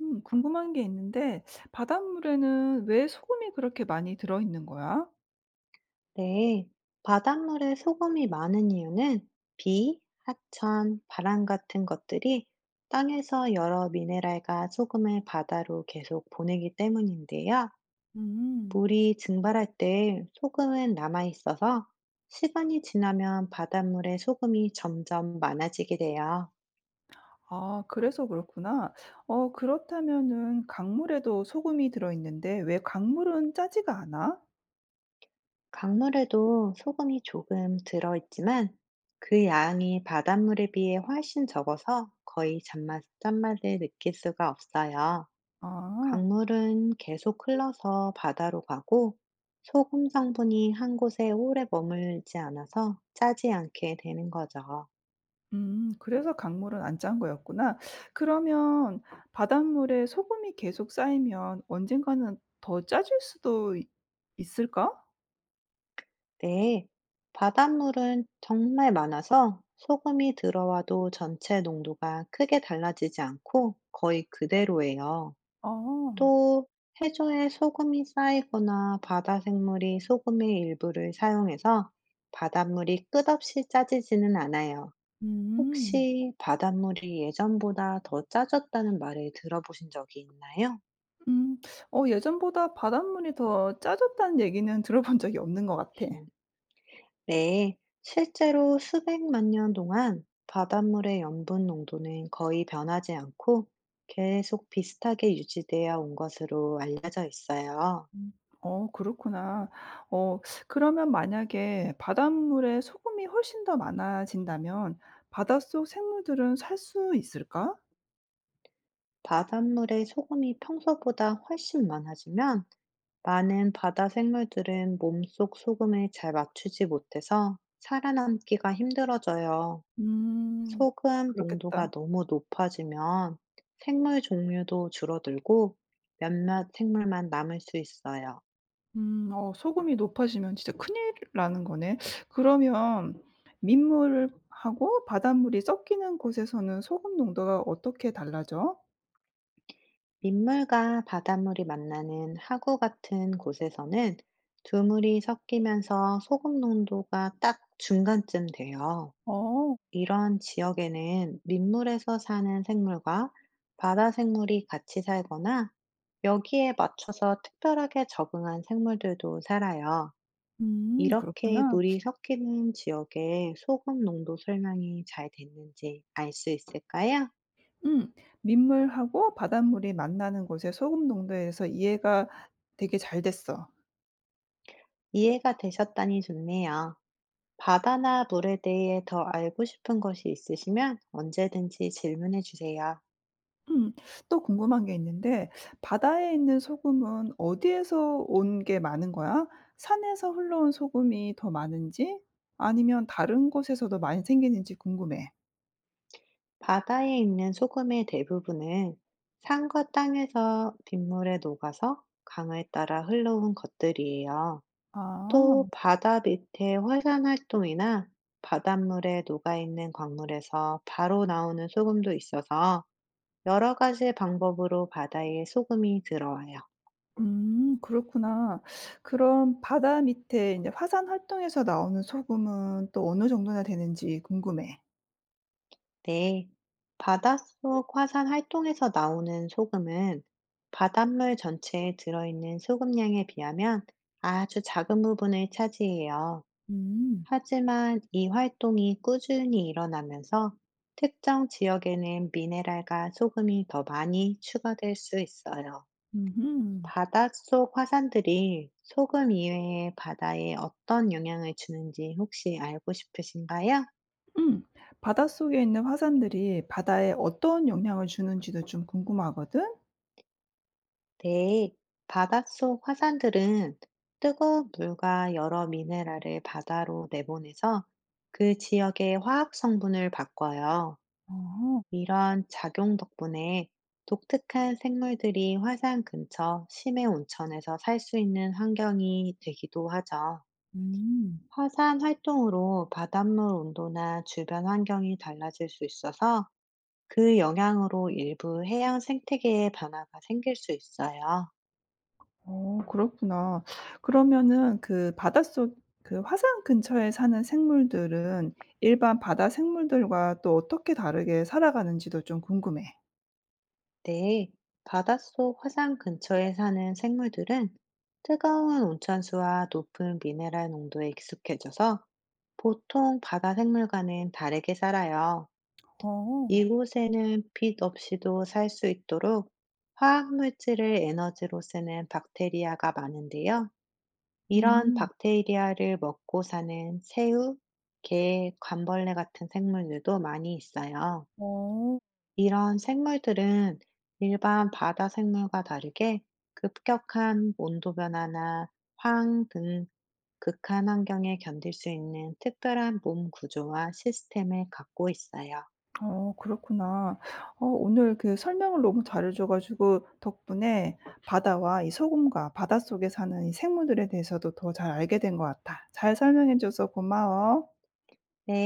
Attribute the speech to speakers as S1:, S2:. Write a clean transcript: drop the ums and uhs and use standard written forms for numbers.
S1: 궁금한 게 있는데, 바닷물에는 왜 소금이 그렇게 많이 들어있는 거야?
S2: 네, 바닷물에 소금이 많은 이유는 비, 하천, 바람 같은 것들이 땅에서 여러 미네랄과 소금을 바다로 계속 보내기 때문인데요.
S1: 음.
S2: 물이 증발할 때 소금은 남아 있어서 시간이 지나면 바닷물에 소금이 점점 많아지게 돼요.
S1: 아, 그래서 그렇구나. 그렇다면은 강물에도 소금이 들어있는데, 왜 강물은 짜지가 않아?
S2: 강물에도 소금이 조금 들어있지만 그 양이 바닷물에 비해 훨씬 적어서 거의 잔맛, 짠맛을 느낄 수가 없어요.
S1: 아.
S2: 강물은 계속 흘러서 바다로 가고 소금 성분이 한 곳에 오래 머물지 않아서 짜지 않게 되는 거죠.
S1: 그래서 강물은 안 짠 거였구나. 그러면 바닷물에 소금이 계속 쌓이면 언젠가는 더 짜질 수도 있을까?
S2: 네. 바닷물은 정말 많아서 소금이 들어와도 전체 농도가 크게 달라지지 않고 거의 그대로예요.
S1: 아.
S2: 또 해조에 소금이 쌓이거나 바다 생물이 소금의 일부를 사용해서 바닷물이 끝없이 짜지지는 않아요.
S1: 음.
S2: 혹시 바닷물이 예전보다 더 짜졌다는 말을 들어보신 적이 있나요?
S1: 음. 예전보다 바닷물이 더 짜졌다는 얘기는 들어본 적이 없는 것 같아.
S2: 음. 네, 실제로 수백만 년 동안 바닷물의 염분 농도는 거의 변하지 않고 계속 비슷하게 유지되어 온 것으로 알려져 있어요.
S1: 음. 그렇구나. 어 그러면 만약에 바닷물에 소금이 훨씬 더 많아진다면 바닷속 생물들은 살 수 있을까?
S2: 바닷물의 소금이 평소보다 훨씬 많아지면 많은 바다 생물들은 몸속 소금을 잘 맞추지 못해서 살아남기가 힘들어져요.
S1: 음.
S2: 소금 농도가
S1: 그렇겠다.
S2: 너무 높아지면 생물 종류도 줄어들고 몇몇 생물만 남을 수 있어요.
S1: 소금이 높아지면 진짜 큰일 나는 거네. 그러면 민물하고 바닷물이 섞이는 곳에서는 소금 농도가 어떻게 달라져?
S2: 민물과 바닷물이 만나는 하구 같은 곳에서는 두 물이 섞이면서 소금 농도가 딱 중간쯤 돼요.
S1: 어.
S2: 이런 지역에는 민물에서 사는 생물과 바다 생물이 같이 살거나 여기에 맞춰서 특별하게 적응한 생물들도 살아요. 이렇게
S1: 그렇구나.
S2: 물이 섞이는 지역의 소금 농도 설명이 잘 됐는지 알 수 있을까요?
S1: 음. 민물하고 바닷물이 만나는 곳의 소금 농도에서 이해가 되게 잘 됐어.
S2: 이해가 되셨다니 좋네요. 바다나 물에 대해 더 알고 싶은 것이 있으시면 언제든지 질문해 주세요.
S1: 음. 또 궁금한 게 있는데 바다에 있는 소금은 어디에서 온 게 많은 거야? 산에서 흘러온 소금이 더 많은지 아니면 다른 곳에서도 많이 생기는지 궁금해.
S2: 바다에 있는 소금의 대부분은 산과 땅에서 빗물에 녹아서 강을 따라 흘러온 것들이에요.
S1: 아.
S2: 또 바다 밑의 화산 활동이나 바닷물에 녹아있는 광물에서 바로 나오는 소금도 있어서 여러 가지 방법으로 바다에 소금이 들어와요.
S1: 그렇구나. 그럼 바다 밑에 제 화산 활동에서 나오는 소금은 또 어느 정도나 되는지 궁금해.
S2: 네. 바닷속 화산 활동에서 나오는 소금은 바닷물 전체에 들어있는 소금량에 비하면 아주 작은 부분을 차지해요.
S1: 음.
S2: 하지만 이 활동이 꾸준히 일어나면서 특정 지역에는 미네랄과 소금이 더 많이 추가될 수 있어요.
S1: 음
S2: 바닷속 화산들이 소금 이외에 바다에 어떤 영향을 주는지 혹시 알고 싶으신가요?
S1: 음. 바닷속에 있는 화산들이 바다에 어떤 영향을 주는지도 좀 궁금하거든?
S2: 네. 바닷속 화산들은 뜨거운 물과 여러 미네랄을 바다로 내보내서 그 지역의 화학 성분을 바꿔요.
S1: 어.
S2: 이런 작용 덕분에 독특한 생물들이 화산 근처 심해 온천에서 살 수 있는 환경이 되기도 하죠.
S1: 음.
S2: 화산 활동으로 바닷물 온도나 주변 환경이 달라질 수 있어서 그 영향으로 일부 해양 생태계에 변화가 생길 수 있어요.
S1: 어, 그렇구나. 그러면은 그 바닷속 그 화산 근처에 사는 생물들은 일반 바다 생물들과 또 어떻게 다르게 살아가는지도 좀 궁금해.
S2: 네, 바닷속 화산 근처에 사는 생물들은 뜨거운 온천수와 높은 미네랄 농도에 익숙해져서 보통 바다 생물과는 다르게 살아요.
S1: 어.
S2: 이곳에는 빛 없이도 살 수 있도록 화학물질을 에너지로 쓰는 박테리아가 많은데요. 이런
S1: 음.
S2: 박테리아를 먹고 사는 새우, 게, 관벌레 같은 생물들도 많이 있어요.
S1: 어.
S2: 이런 생물들은 일반 바다 생물과 다르게 급격한 온도 변화나 황 등 극한 환경에 견딜 수 있는 특별한 몸 구조와 시스템을 갖고 있어요.
S1: 그렇구나. 오늘 그 설명을 너무 잘해 줘 가지고 덕분에 바다와 이 소금과 바닷속에 사는 이 생물들에 대해서도 더 잘 알게 된 것 같아. 잘 설명해 줘서 고마워.
S2: 네.